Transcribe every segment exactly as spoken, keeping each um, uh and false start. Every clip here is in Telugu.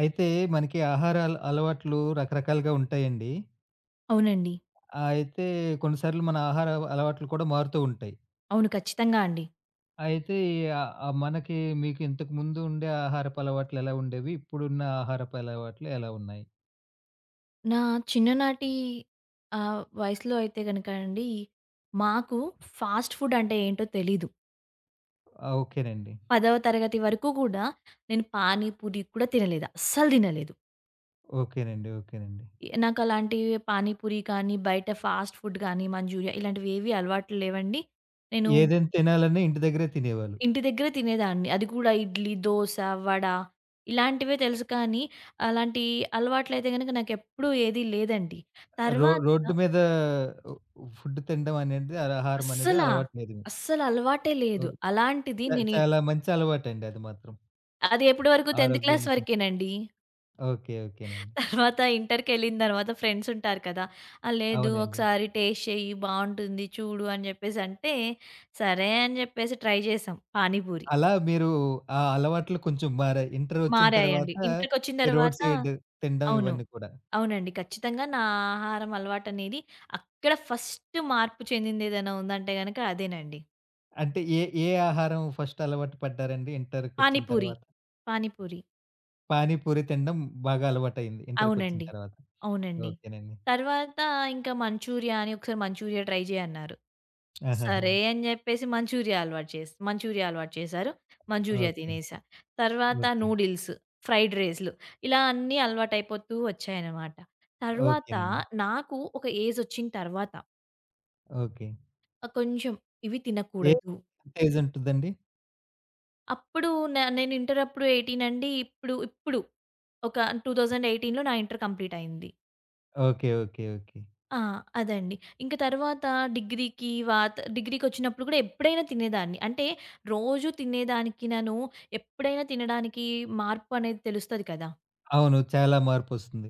అయితే మనకి ఆహార అల అలవాట్లు రకరకాలుగా ఉంటాయండి. అవునండి. అయితే కొన్నిసార్లు మన ఆహార అలవాట్లు కూడా మారుతూ ఉంటాయి. అవును. ఖచ్చితంగా అండి. అయితే ఆహ్, ఆహ్, మనకి మీకు ఇంతకుముందు ఉండే ఆహారపు అలవాట్లు ఎలా ఉండేవి? ఇప్పుడున్న ఆహారపు అలవాట్లు ఎలా ఉన్నాయి? నా చిన్ననాటి ఆహ్, వయసులో అయితే గనక అండి, మాకు ఫాస్ట్ ఫుడ్ అంటే ఏంటో తెలీదు. ఆ! ఓకేనండి. పదవ తరగతి వరకు కూడా నేను పానీపూరి కూడా తినలేదు. అస్సలు తినలేదు. ఓకేనండి. ఓకేనండి. ఏ- నాకు అలాంటి పానీపూరి కానీ, బయట ఫాస్ట్ ఫుడ్ కానీ, మంచూరియా ఇలాంటివి ఏవి అలవాట్లు లేవండి. నేను ఏదైనా తినాలన్నా ఇంటి దగ్గరే తినేవాళ్ళు. ఇంటి దగ్గరే తినేదాన్ని. అది కూడా ఇడ్లీ, దోస, వడ ఇలాంటివే తెలుసు కానీ, అలాంటి అలవాట్లయితే గనక నాకెప్పుడూ ఏది లేదండి. రో తర్వాత రోడ్డు మీద ఒ ఫుడ్ తినడం అనేది ఆ ఆహారం అనేది అస్సలా. అలవాటు లేదు మీకు. అస్సలలవాటే ఓ, లేదు. అలాంటిది చ నేను ఇ చాలా మంచి అలవాటండి అది మాత్రం. అది ఎప్పటి వరకు పదవ క్లాస్ ఆరోగ్యానికి. వరకేనండి. ఓకే. ఓకేనండి. తర్వాత ఇంటర్‌కెళ్ళిన తర్వాత ఫ్రెండ్స్ ఉంటారు కదా! "ఆ! లేదు అవునండి. ఒకసారి టేస్ట్ చెయ్యి బావుంటుంది చూడు" అని జెప్పేసంటే, సరే అని జెప్పేసి ట్రై చేసాం పానీపూరి. అలా మీరు ఆ అలవాట్లు కొంచెం మారాయి. ఇంటరొచ్చిన మారాయండి. తర్వాత ఇంటికొచ్చిన ఈ రోడ్ తర్వాత సైడ్ తినడం అవును. ఇవన్నీ కూడా. అవునండి. ఖచ్చితంగా నా ఆహారం అలవాటనేది అక్కడ ఫస్ట్ మార్పు చెందిందేదైనా ఉందంటే గనక అదేనండి. అంటే ఏ, ఏ ఆహారం ఫస్ట్ అలవాటు పడ్డారండి ఇంటర్‌కొచ్చిన పానీపూరి. తర్వాత? పానీపూరి. పానీపూరి తినడం బాగా అలవాటయింది ఇంటర్‌కొచ్చిన అవునండి. తర్వాత. అవునండి. ఓకేనండి. తర్వాత ఇంకా మంచూరియా అని ఒకసారి మంచూరియా ట్రై చేయి అన్నారు. ఆహాహా! సరే అని చెప్పేసి మంచూరియా అలవాటు చేస్ మంచూరియా అలవాటు చేశారు. Manchurian okay. తినేసా. తర్వాత ఓకే. నూడిల్స్, ఫ్రైడ్ రైస్‌లు ఇలా అన్నీ అలవాటైపోతూ వచ్చాయన్నమాట. తర్వాత ఓకేనండి. నాకు ఒక ఏజొచ్చిన తర్వాత ఓకే. ఆహ్, కొంచెం ఇవి ఏ తినకూడదు. ఏజుంటుందండి? అప్పుడు న నేను ఇంటర్ అప్పుడు పద్దెనిమిది అండి. ఇప్పుడు ఇప్పుడు ఒక రెండు వేల పద్దెనిమిదిలో నా ఇంటర్ కంప్లీట్ అయింది. ఓకే. ఓకే. ఓకే. ఆ! అదండి. ఇంక తర్వాత డిగ్రీకి వాత డిగ్రీకొచ్చినప్పుడు కూడా ఎప్పుడైనా తినేదాన్ని. అంటే రోజు తినేదానికినను ఎప్పుడైనా తినడానికి మార్పు అనేది తెలుస్తది కదా! అవును. చాలా మార్పొస్తుంది.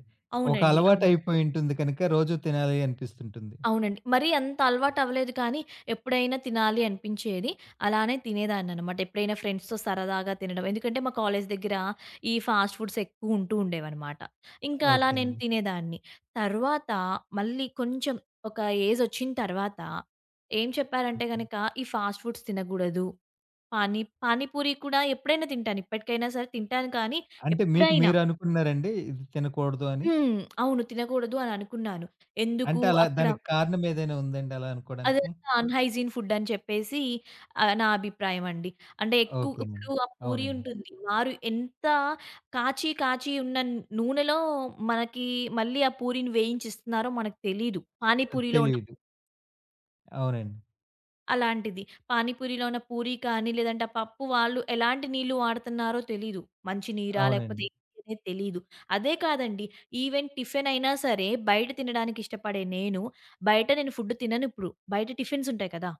ఒక అవునండి. అవును. అలవాటయిపోయుంటుంది కనుక రోజు తినాలి అనిపిస్తుంటుంది. అవునండి. మరీ అంత అలవాటవ్వలేదు కానీ, ఎప్పుడైనా తినాలి అనిపించేది. అలానే తినేదాన్ననమాట. ఎప్పుడైనా ఫ్రెండ్స్‌తో సరదాగా తినడం. ఎందుకంటే, మా కాలేజ్ దగ్గర ఈ ఫాస్ట్ ఫుడ్స్ ఎక్కువుంటూ ఉండేవనమాట. ఇంకా అలా నేను ఓకేనండి. తినేదాన్ని. తర్వాత మళ్ళీ కొంచెం ఒక ఏజొచ్చిన తర్వాత ఏం చెప్పారంటే ఓకే. గనక, ఈ ఫాస్ట్ ఫుడ్స్ తినగూడదు. పానీ పానీ పూరి కూడా ఎప్పుడైనా తింటాను. ఇప్పటికైనా సరే తింటాను కానీ, అంటే మీకు ఎప్పుడైనా మీరు అనుకున్నారండి ఇది తినకూడదు అని? హ్మ్. అవును. తినకూడదు అని అనుకున్నాను. ఎందుకు అంటే అలా అక్కడ దానికి కారణం ఏదైనా ఉందండి అలా అనుకోడానికి? అదంతా అన్‌హైజీన్ ఫుడ్ అని చెప్పేసి ఆహ్, నా అభిప్రాయం అండి. అంటే ఎక్కువ ఓకేనండి. ఇప్పుడు ఆ పూరి అవునండి. ఉంటుంది. వారు ఎంత కాచి కాచి ఉన్న నూనెలో మనకి మళ్ళీ ఆ పూరిని వేయించిస్తున్నారో మనకు తెలీదు. పానీ పూరిలో ఉన్న తెలీదు. అవునండి. అలాంటిది. పానీ పూరిలో ఉన్న పూరి కానీ, లేదంటే ఆ పప్పు వాళ్ళు ఎలాంటి నీళ్లు వాడుతున్నారో తెలీదు. మంచి నీరా? లేకపోతే అవునండి. ఏంటి అనేది తెలీదు. అదే కాదండి ఈవెన్ టిఫిన్ అయినా సరే బయట తినడానికి ఇష్టపడే నేను, బయట నేను ఫుడ్ తినను ఇప్పుడు. బయట టిఫిన్స్ ఉంటాయి కదా!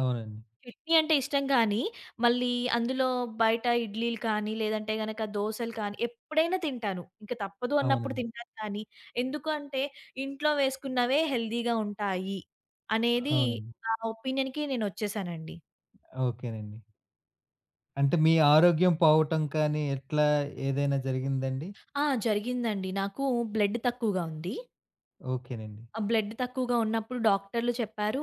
అవునండి. చట్నీ అంటే ఇష్టం కానీ, మళ్ళీ అందులో బయట ఇడ్లీలు కానీ, లేదంటే గనక దోసలు కానీ, ఎప్పుడైనా తింటాను. ఇంక తప్పదు అన్నప్పుడు అవునండి. తింటాను కానీ, ఎందుకు అంటే ఇంట్లో వేసుకున్నవే హెల్తీగా ఉంటాయి అనేది అవునండి. ఆ ఒపీనియన్‌కి నేనొచ్చేసానండి. ఓకేనండి. అంటే మీ ఆరోగ్యం పోవటం కానీ ఇట్లా ఏదైనా జరిగిందండి? ఆ! జరిగిందండి. నాకు బ్లడ్ తక్కువగా ఉంది. ఓకేనండి. ఆ! బ్లడ్ తక్కువగా ఉన్నప్పుడు డాక్టర్లు చెప్పారు.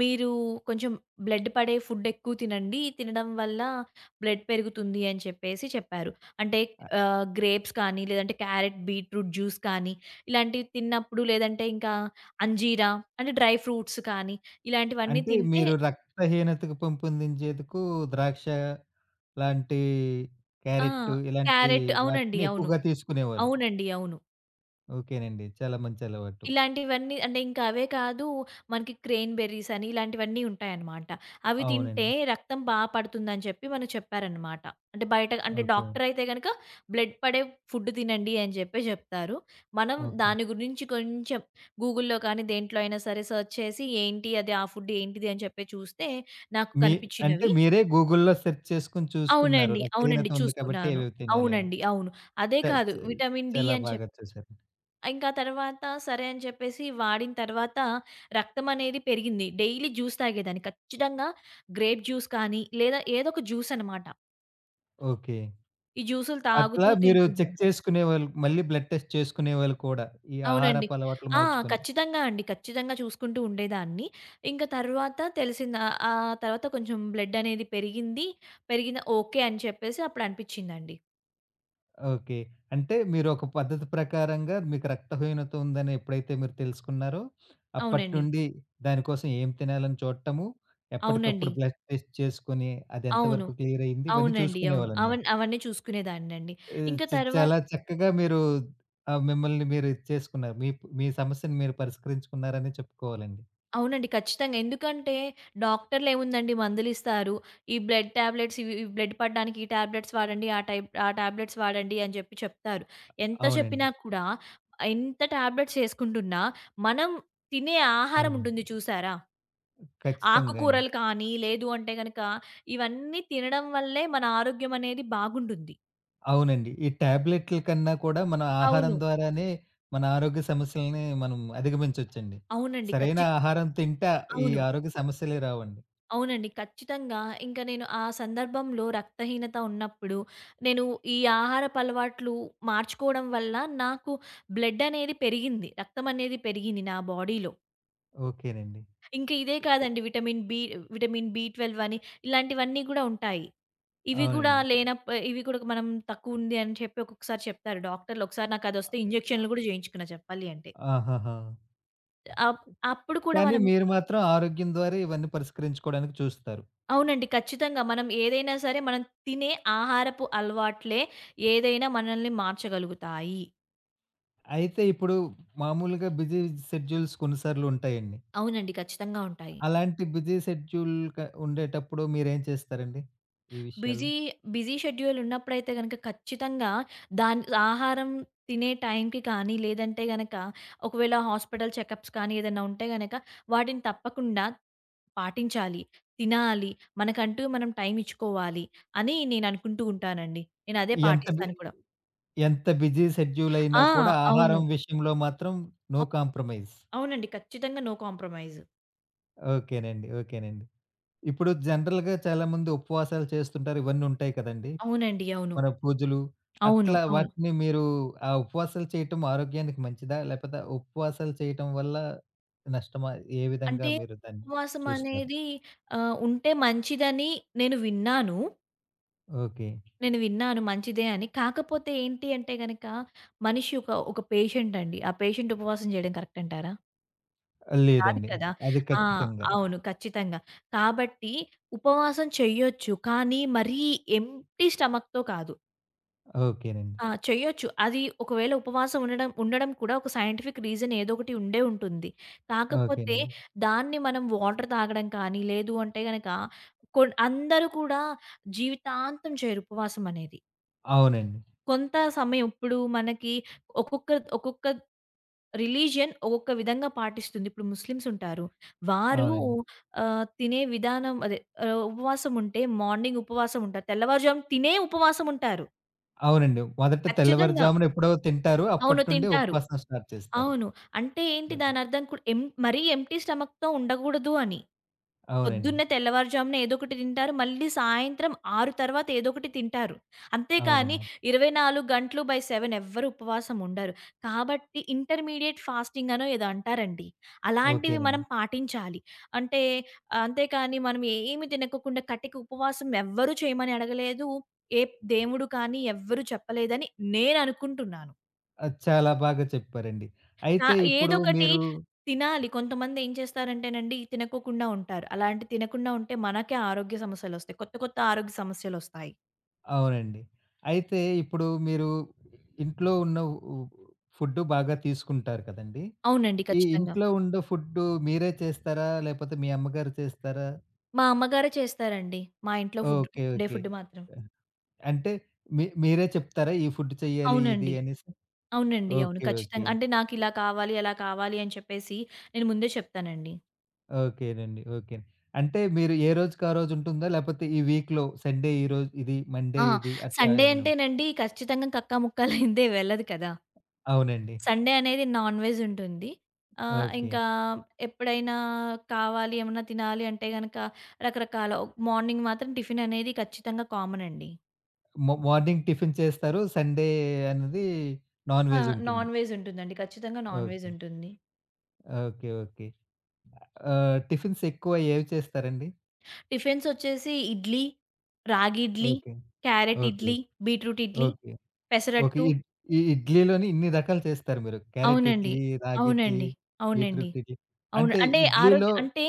మీరు కొంచెం బ్లడ్ పడే ఫుడ్ ఎక్కువ తినండి. తినడం వల్ల బ్లడ్ పెరుగుతుంది అని చెప్పేసి చెప్పారు. అంటే అ ఆహ్, గ్రేప్స్ కానీ, లేదంటే క్యారెట్, బీట్రూట్ జ్యూస్ కానీ, ఇలాంటివి తిన్నప్పుడు లేదంటే ఇంకా అంజీరా అంటే డ్రై ఫ్రూట్స్ కానీ, ఇలాంటివన్నీ అంటే తింటే మీరు రక్తహీనతకు పెంపొందించేందుకు ద్రాక్ష లాంటి ఆ! క్యారెట్ ఇలాంటి క్యారెట్ అవునండి. వాటిని అవును. ఎక్కువగా తీసుకునేవాళ్ళు. అవునండి. అవును. ఓకేనండి. చాలా మంచి అలవాటు. ఇలాంటివన్నీ అంటే ఇంకా అవే కాదు, మనకి క్రేన్ బెర్రీస్ అని ఇలాంటివన్నీ ఉంటాయన్నమాట. అవి తింటే అవునండి. రక్తం బా పడుతుందని చెప్పి మనకు చెప్పారన్నమాట. అంటే బయట అంటే ఓకే. డాక్టర్ అయితే గనక బ్లడ్ పడే ఫుడ్ తినండి అని చెప్పి జెప్తారు. మనం ఓకే. దాని గురించి కొంచెం గూగుల్‌లో కానీ దేంట్లో అయినా సరే సెర్చ్ చేసి ఏంటి అది ఆ ఫుడ్ ఏంటిది అని చెప్పి చూస్తే నాకు మీ అంటే కనిపించినవి మీరే గూగుల్‌లో సెర్చ్ చేసుకొని చూసుకున్నారు. అవునండి. అవునండి. రక్తహీనత ఉంది కాబట్టి చూసుకున్నాను. ఏవేవి తినాలి అని. అవునండి. అవును. అదే చ కాదు చ విటమిన్ డి చాలా అని చెప్పి బాగా చేశారు. ఇంకా తర్వాత సరే అని చెప్పేసి వాడిన తర్వాత రక్తమనేది పెరిగింది. డైలీ జ్యూస్ తాగేదాన్ని. ఖచ్చితంగా గ్రేప్ జ్యూస్ కానీ, లేదా ఏదో ఒక జ్యూస్ అనమాట. ఓకే. ఈ జ్యూసులు అట్లా తాగుతూ మీరు చెక్ తింటుండేదాన్ని. చేసుకునేవాళ్ళు, మళ్ళీ బ్లడ్ టెస్ట్ చేసుకునేవాళ్ళు కూడా ఈ అవునండి. ఆహారపు అలవాట్లు ఆ! మార్చుకొని. ఖచ్చితంగా అండి. ఖచ్చితంగా చూసుకుంటూ ఉండేదాన్ని. ఇంక తర్వాత తెలిసింది ఆహ్, ఆ తర్వాత కొంచెం బ్లడ్ అనేది పెరిగింది. పెరిగిన ఓకే అని చెప్పేసి అప్పుడు అనిపిచ్చిందండి. ఓకే. అంటే మీరు ఒక పద్ధతి ప్రకారంగా మీకు రక్తహీనత ఉందని ఎప్పుడైతే మీరు తెలుసుకున్నారో, అవునండి. అప్పటినుండి దానికోసం ఏం తినాలని చూడటము, అవునండి. ఎప్పటికప్పుడు బ్లడ్ టెస్ట్ చేసుకొని అది అవును. ఎంతవరకు క్లియర్ అయింది ఇవన్నీ అవునండి. అవును. చూసుకునేవాళ్ళనమాట. అవన్ అవన్నీ చూసుకునేదాన్నండి. ఆహ్, ఇంక చ తర్వా చాలా చక్కగా మీరు ఆహ్, మిమ్మల్ని మీరు ఇది చేసుకున్నారు. మీ ప్ మీ సమస్యను మీరు పరిష్కరించుకున్నారనే చెప్పుకోవాలండి. అవునండి. ఖచ్చితంగా. ఎందుకంటే డాక్టర్‌లేముందండి మందులిస్తారు. ఈ బ్లడ్ టాబ్లెట్స్ ఇవి ఇవి బ్లడ్ పడడానికి ఈ టాబ్లెట్స్ వాడండి. ఆ టైప్ ఆ టాబ్లెట్స్ వాడండి అని జెప్పి చెప్తారు. ఎంత అవునండి. చెప్పినా కూడా ఎంత టాబ్లెట్స్ యేసుకుంటున్నా మనం తినే ఆహారం ఉంటుంది అవునండి. చూసారా? ఖచ్చితంగా అండి. ఆకుకూరలు కానీ, లేదు అంటే గనక ఇవన్నీ తినడం వల్లే మన ఆరోగ్యం అనేది బాగుంటుంది. అవునండి. ఈ టాబ్లెట్‌ల కన్నా కూడా మన ఆహారం అవును. ద్వారానే మన ఆరోగ్య సమస్యలని మనం అధిగమించొచ్చండి. అవునండి. సరైన ఖచ్చి ఆహారం తింటే ఈ అవును. ఆరోగ్య సమస్యలే రావండి. అవునండి. ఖచ్చితంగా. ఇంక నేను ఆ సందర్భంలో రక్తహీనత ఉన్నప్పుడు, నేను ఈ ఆహారపు అలవాట్లు మార్చుకోవడం వల్ల నాకు బ్లడ్ అనేది పెరిగింది. రక్తం అనేది పెరిగింది నా బాడీలో. ఓకేనండి. ఇంక ఇదే కాదండి విటమిన్ బి విటమిన్ బి పన్నెండు అని ఇలాంటివన్నీ గూడా ఉంటాయి. ఇవి గూడా అవునండి. లేనప్ ఇవి కూడా మనం తక్కువుంది అని చెప్పి ఒక్కొక్కసారి చెప్తారు డాక్టర్‌లు. ఒకసారి నాకదొస్తే ఇంజెక్షన్‌లు గూడా జేయించుకున్నా చెప్పాలి అంటే. ఆహాహా! అప్ అప్పుడు కూడా కానీ మనం మీరు మాత్రం ఆరోగ్యం ద్వారా ఇవన్నీ పరిష్కరించుకోవడానికి చూస్తారు. అవునండి. ఖచ్చితంగా. మనం ఏదైనా సరే మనం తినే ఆహారపు అలవాట్లే ఏదైనా మనల్ని మార్చగలుగుతాయి. అయితే ఇప్పుడు మామూలుగా బిజీ షెడ్యూల్స్ కొన్నిసార్లు ఉంటాయండి. అవునండి. ఖచ్చితంగా ఉంటాయి. అలాంటి బిజీ షెడ్యూల్ క ఉండేటప్పుడు మీరేం చేస్తారండి ఈ విషయాల్లో? బిజీ, బిజీ షెడ్యూల్ ఉన్నప్పుడైతే గనక ఖచ్చితంగా దాన్ ఆహారం తినే టైంకి కానీ, లేదంటే గనక ఒకవేళ హాస్పిటల్ చెకప్స్ కానీ ఏదైనా ఉంటే గనక వాటిని తప్పకుండా పాటించాలి. తినాలి. మనకంటూ మనం టైం ఇచ్చుకోవాలి అని నేను అనుకుంటూ ఉంటానండి. నేను అదే ఎంత బి పాటిస్తాను కూడా. ఎంత బిజీ షెడ్యూల్ ఆ! అయినా కూడా అవును. ఆహారం విషయంలో మాత్రం నో అవ్ కాంప్రమైజ్. అవునండి. ఖచ్చితంగా నో కాంప్రమైజ్. ఓకేనండి. ఓకేనండి. ఇప్పుడు జనరల్‌గా చాలామంది ఉపవాసాలు చేస్తుంటారు. ఇవన్నీ ఉంటాయి కదండీ! అవునండి. అవును. మన పూజలు. అవును. అట్లా అవును. వాటిని మీరు ఆ ఉపవాసాలు చేయటం ఆరోగ్యానికి మంచిదా? లేకపోతే ఉపవాసాలు చేయటం వల్ల నష్టమా? ఏ విధంగా అంటే మీరు దాన్ని ఉపవాసం చూస్తారు? అనేది ఆహ్, ఉంటే మంచిదని నేను విన్నాను. ఓకే. నేను విన్నాను మంచిదే అని. కాకపోతే ఏంటి అంటే గనక మనిషి ఒక ఒక పేషెంట్ అండి. ఆ పేషెంట్ ఉపవాసం చేయడం కరెక్ట్ అంటారా? కాదు లేదండి. కదా! అది ఆ! ఖచ్చితంగా. అవును. ఖచ్చితంగా. కాబట్టి ఉపవాసం చెయ్యొచ్చు. కానీ మరీ ఎంప్టీ స్టమక్‌తో కాదు. ఓకేనండి. ఆ! చెయ్యొచ్చు. అది ఒకవేళ ఉపవాసం ఉండడం ఉండడం కూడా ఒక సైంటిఫిక్ రీజన్ ఏదో ఒకటి ఉండే ఉంటుంది. కాకపోతే ఓకేనండి. దాన్ని మనం వాటర్ తాగడం కానీ, లేదు అంటే గనక కొన్ అందరూ కూడా జీవితాంతం చేయరు ఉపవాసం అనేది. అవునండి. కొంత సమయం ఇప్పుడు మనకి ఒక్కొక్క ఒక్కొక్క రిలీజియన్ ఒక్కొక్క విధంగా పాటిస్తుంది. ఇప్పుడు ముస్లిమ్స్ ఉంటారు. వారు అవునండి. ఆహ్, తినే విధానం అదే ఆహ్, ఉపవాసం ఉంటే మార్నింగ్ ఉపవాసం ఉంటారు. తెల్లవారుజామున తినే ఉపవాసం ఉంటారు. అవునండి. మొదట ఖచ్చితంగా. తెల్లవారుజామున ఎప్పుడో తింటారు. అవును. అప్పటినుండి తింటారు. ఉపవాసం స్టార్ట్ చేస్తారు. అవును. అంటే ఏంటి ఓకే. దానర్థం కూడా ఎం మరీ ఎంప్టీ స్టమక్‌తో ఉండగూడదు అని. అవునండి. పొద్దున్నే తెల్లవారుజామున ఏదో ఒకటి తింటారు. మళ్ళీ సాయంత్రం ఆరు తర్వాత ఏదో ఒకటి తింటారు. అంతేకాని అవునండి. ఇరవై నాలుగు గంటలు బై ఏడు ఎవ్వరు ఉపవాసం ఉండరు. కాబట్టి ఇంటర్మీడియేట్ ఫాస్టింగ్ అనో ఏదో అంటారండి. అలాంటివి ఓకేనండి. మనం పాటించాలి. అంటే అంతేకాని మనం ఏమి తినకోకుండా కటిక ఉపవాసం ఎవ్వరు చేయమని అడగలేదు. ఏ దేవుడు కానీ ఎవ్వరు చెప్పలేదని నేననుకుంటున్నాను. అది చాలా బాగా చెప్పారండి. ఆ! అయితే ఇప్పుడు ఏదొకటి మీరు తినాలి. కొంతమందేం చేస్తారంటేనండి, తినకోకుండా ఉంటారు. అలాంటి తినకుండా ఉంటే మనకే ఆరోగ్య సమస్యలొస్తాయి. కొత్త, కొత్త ఆరోగ్య సమస్యలొస్తాయి. అవునండి. అయితే ఇప్పుడు మీరు ఇంట్లో ఉన్న ఉ ఫుడ్డు బాగా తీసుకుంటారు కదండీ! అవునండి. ఈ ఖచ్చితంగా. ఇంట్లో ఉండే ఫుడ్డు మీరే చేస్తారా? లేపోతే మీ అమ్మగారు చేస్తారా? మా అమ్మగారే చేస్తారండి. మా ఇంట్లో ఫుడ్ ఓకే. ఉండే ఓకే. ఫుడ్ మాత్రం. ఆహ్, అంటే మీ మీరే చెప్తారా? ఈ ఫుడ్ చెయ్యాలి ఇది అవునండి. అనేసి? అవునండి. అవును. ఓకే. ఓకే. ఖచ్చితంగా. అంటే నాకిలా కావాలి, అలా కావాలి అని చెప్పేసి నేను ముందే చెప్తానండి. ఓకేనండి. ఓకే. అంటే మీరు ఏ రోజుకి ఆ రోజుంటుందా? లేపోతే ఈ వీక్‌లో సండే ఈరోజు ఇది, మండే ఆ! ఇది అట్లా సండే ఏమైనా ఉం అంటేనండి ఖచ్చితంగా కక్కా ముక్క లేనిదే వెళ్ళదు కదా! అవునండి. సండే అనేది నాన్ వెజ్ ఉంటుంది. ఆహ్, ఓకే. ఇంకా ఎప్పుడైనా కావాలి ఏమన్నా తినాలి అంటే గనక రకరకాల మార్నింగ్ మాత్రం టిఫిన్ అనేది ఖచ్చితంగా కామన్ అండి. మొ మార్నింగ్ టిఫిన్ చేస్తారు. సండే అనేది నాన్ ఆ! వెజ్ ఉంటుంది. నాన్ వెజ్ ఉంటుందండి. ఖచ్చితంగా నాన్ వెజ్ ఓకే. ఉంటుంది. ఓకే. ఓకే. ఆహ్, టిఫిన్స్ ఎక్కువ ఏవి చేస్తారండి? టిఫిన్స్ వచ్చేసి idli, ragi idli, okay. Carrot okay. Idli, beetroot idli, okay. Okay. Pesarattu ఇడ్ ఈ ఇడ్లీలోని ఇన్ని రకాలు చేస్తారు మీరు. క్యారెట్ అవునండి. ఇడ్లీ, రాగి ఇడ్లీ, అవునండి. అవునండి. బీట్రూట్ ఇడ్లీ. అవును. అంటే అంటే ఇడ్లీలో ఆరోగ్య అంటే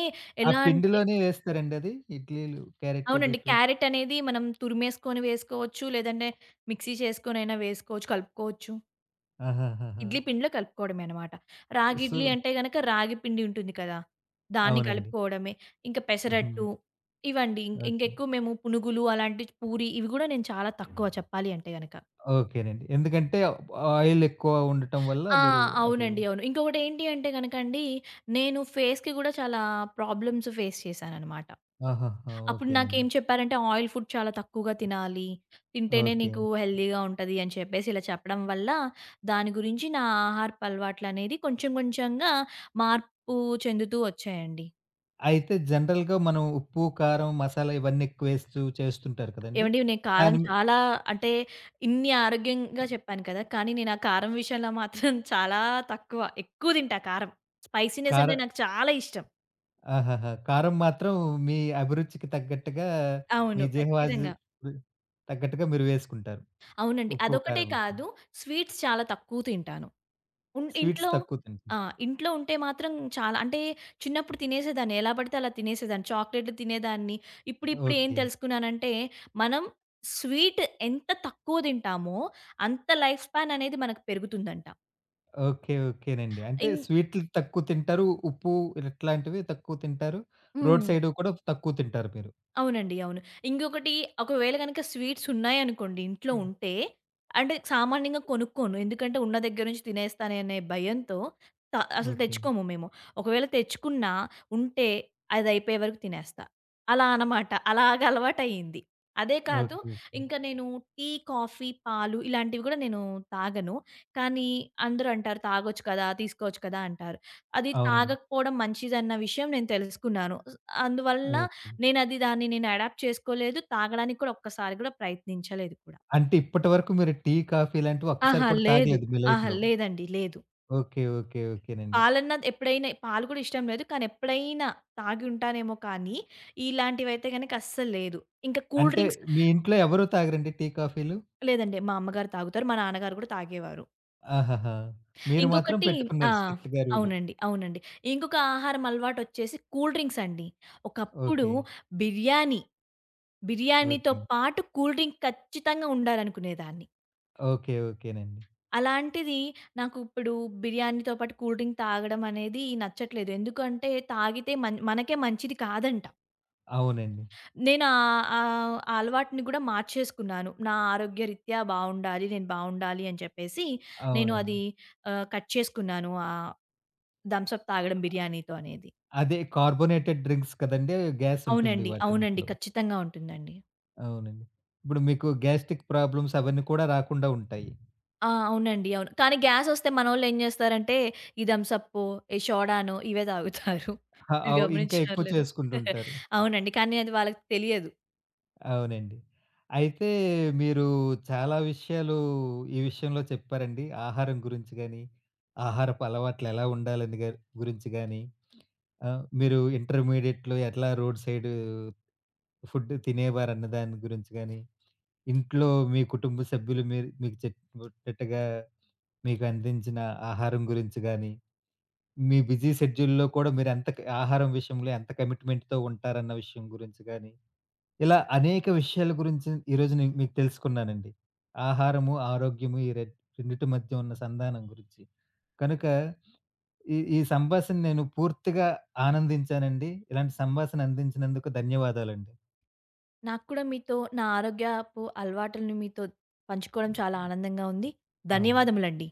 ఆ ఎలా అంటే పిండిలోనే వేస్తారండి అది? ఇడ్లీలు క్యారెట్టు, అవునండి. బీట్రూట్. క్యారెట్ అనేది మనం తురిమేసుకొని వేసుకోవచ్చు. లేదంటే మిక్సీ చేసుకొనైనా వేసుకోవచ్చు, కలుపుకోవచ్చు. ఆహాహాహా! ఇడ్లీ పిండిలో కలుపుకోవడమే అన్నమాట. రాగి ఇడ్లీ సో అంటే గనక రాగి పిండి ఉంటుంది కదా! దాన్ని అవునండి. కలుపుకోవడమే. ఇంకా హుహు. పెసరట్టు ఇవండి. ఇం ఓకే. ఇంకెక్కువ మేము పునుగులు అలాంటి పూరి ఇవి గూడా నేను చాలా తక్కువ చెప్పాలి అంటే గనక. ఓకేనండి. ఎందుకంటే ఆయిల్ ఎక్కువ ఉండటం వల్ల ఆ! మీరు అది అవునండి. అవును. ఇంకొకటేంటి అంటే గనకండి, నేను ఫేస్‌కి గూడా చాలా ప్రాబ్లమ్స్ ఫేస్ చేశానన్నమాట. ఆహాహా! అప్పుడు ఓకేనండి. నాకేం చెప్పారంటే, "ఆయిల్ ఫుడ్ చాలా తక్కువగా తినాలి. తింటేనే ఓకే. నీకు హెల్తీగా ఉంటది" అని చెప్పేసి ఇలా చెప్పడం వల్ల, దాని గురించి నా ఆహారపు అలవాట్లనేది కొంచెం కొంచెంగా మార్పు చెందుతూ వచ్చాయండి. అయితే జనరల్‌గా మనం ఉప్పు, కారం, మసాలా ఇవన్నీ ఎక్కువేస్తూ చేస్తుంటారు కదండీ! ఏవండీ నేను కారం దాని మీ చాలా అంటే ఇన్ని ఆరోగ్యంగా చెప్పాను కదా! కానీ నేను ఆ కారం విషయంలో మాత్రం చాలా తక్కువ. ఎక్కువ తింటా కారం. స్పైసీనెస్ అంటే కారం నాకు చాలా ఇష్టం. ఆహాహా! కారం మాత్రం మీ అభిరుచికి తగ్గట్టుగా, మీ అవును. జీహవాజు ఖచ్చితంగా. తగ్గట్టుగా మీరు వేసుకుంటారు. అవునండి. ఉప్పు, అదొకటే కారం వేసుకొని. కాదు, స్వీట్స్ చాలా తక్కువ తింటాను. ఉన్ స్వీట్స్ ఇంట్లో తక్కువ తింటారు. ఆ! ఇంట్లో ఉంటే మాత్రం చాలా అంటే చిన్నప్పుడు తినేసేదాన్ని. ఎలా పడితే అలా తినేసేదాన్ని. చాక్లేట్‌లు తినేదాన్ని. ఇప్పుడిప్పుడు ఏం ఓకే. తెలుసుకున్నానంటే, మనం స్వీట్ ఎంత తక్కువ తింటామో, అంత లైఫ్ స్పాన్ అనేది మనకు పెరుగుతుందంట. ఓకే. ఓకేనండి. అంటే ఇం స్వీట్లు తక్కువ తింటారు. ఉప్పు ఇట్లాంటివి తక్కువ తింటారు. రోడ్ హ్మ్. సైడ్ కూడా తక్కువ తింటారు మీరు. అవునండి. అవును. ఇంకొకటి ఒకవేళ గనక స్వీట్స్ ఉన్నాయనుకోండి ఇంట్లో హ్మ్. ఉంటే, అంటే సామాన్యంగా కొనుక్కోను. ఎందుకంటే ఉన్న దగ్గర నుంచి తినేస్తానే అనే భయంతో త అసలు ఓకే. తెచ్చుకోము మేము. ఒకవేళ తెచ్చుకున్నా ఉంటే అది అయిపోయే వరకు తినేస్తా. అలా అనమాట. అలాగ అలవాటయింది. అదే కాదు ఓకే. ఓకే. ఇంకా నేను టీ, కాఫీ, పాలు ఇలాంటివి గూడా నేను తాగను. కానీ అందరూ అంటారు తాగొచ్చు కదా! తీసుకోవచ్చు కదా! అంటారు. అది అవునండి. తాగకపోవడం మంచిదన్న విషయం నేను తెలుసుకున్నాను. అందువలన ఓకే. నేనది దాన్ని నేను అడాప్ట్ చేసుకోలేదు. తాగడానికి కూడా ఒక్కసారి కూడా ప్రయత్నించలేదు కూడా. అంటే ఇప్పటి వరకు మీరు టీ, కాఫీ ఇలాంటివి ఒక్కసారి ఆహా! కూడా లేదు. తాగలేదు మీ ఆహా! లైఫ్‌లో. లేదండి. లేదు. ఓకే. ఓకే. ఓకేనండి. పాలన్నది ఎప్పుడైనా పాలు కూడా ఇష్టం లేదు. కానీ ఎప్పుడైనా తాగి ఉంటానేమో కానీ, ఇలాంటివైతే గనక అస్సలు లేదు. ఇంకా కూల్ అంటే డ్రింక్స్ మీ ఇంట్లో ఎవరు తాగరండి టీ, కాఫీలు? లేదండి. మా అమ్మగారు తాగుతారు. మా నాన్నగారు కూడా తాగేవారు. ఆహాహా! మీరు మాత్రం ఇంకొకటి ఆ! పెట్టుకున్నారు స్ట్రిక్ట్‌గా రూలు. అవునండి. అవునండి. ఇంకొక ఆహారం అలవాటొచ్చేసి కూల్ డ్రింక్స్ అండి. ఒకప్పుడు ఓకే. బిర్యానీ, బిర్యానీతో ఓకే. పాటు కూల్ డ్రింక్ ఖచ్చితంగా ఉండాలనుకునేదాన్ని. ఓకే. ఓకేనండి. అలాంటిది నాకిప్పుడు బిర్యానీతో పాటు కూల్ డ్రింక్ తాగడం అనేది నచ్చట్లేదు. ఎందుకంటే తాగితే మన్ మనకే మంచిది కాదంట. అవునండి. నేను ఆహ్, ఆహ్, ఆ అలవాటుని కూడా మార్చేసుకున్నాను. నా ఆరోగ్యరీత్యా బావుండాలి, నేను బావుండాలి అని చెప్పేసి నేను అది అవునండి. ఆహ్, కట్ చేసుకున్నాను. ఆ థమ్స్ అప్ తాగడం బిర్యానీతో అనేది. అదే కార్బోనేటెడ్ డ్రింక్స్ కదండీ! గ్యాస్ ఉంటుంది అవునండి. అవునండి. వాటన్నిటిలో. ఖచ్చితంగా ఉంటుందండి. అవునండి. ఇప్పుడు మీకు గ్యాస్ట్రిక్ ప్రాబ్లమ్స్ అవన్నీ కూడా రాకుండా ఉంటాయి. ఆ! అవునండి. అవును. కానీ గ్యాసొస్తే మనోళ్ళు ఏం జేస్తారంటే, ఈ థమ్స్ అప్పో, ఈ సోడానో ఇవే తాగుతారు. హ మీరు అవ్ ఇంకా గమనించారో ఎక్కువ లేదో. చేసుకుంటుంటారు. అవునండి. కానీ అది వాళ్ళకి తెలియదు. అవునండి. అయితే మీరు చాలా విషయాలు ఈ విషయంలో చెప్పారండి. ఆహారం గురించి గాని, ఆహారపు అలవాట్లెలా ఉండాలని గాని గురించి గాని, ఆహ్, మీరు ఇంటర్మీడియేట్‌లో ఎట్లా రోడ్ సైడు ఫుడ్ తినేవారన్న దాని గురించి గాని, ఇంట్లో మీ కుటుంబ సభ్యులు మీరు మీకు చెప్పేటట్టుగా మీకు అందించిన ఆహారం గురించి గాని, మీ బిజీ షెడ్యూల్‌లో కూడా మీరెంత ఆహారం విషయంలో ఎంత కమిట్మెంట్‌తో ఉంటారన్న విషయం గురించి గాని ఇలా అనేక విషయాల గురించి ఈరోజు నే మీకు తెలుసుకున్నానండి. ఆహారము, ఆరోగ్యము ఈ రెడ్ రెండిటి మధ్య ఉన్న సంధానం గురించి. కనుక ఈ ఈ సంభాషణ నేను పూర్తిగా ఆనందించానండి. ఇలాంటి సంభాషణ అందించినందుకు ధన్యవాదాలండి. నాకు కూడా మీతో నా ఆరోగ్యపు అలవాటులను మీతో పంచుకోవడం చాలా ఆనందంగా ఉంది. అవును. ధన్యవాదములండి.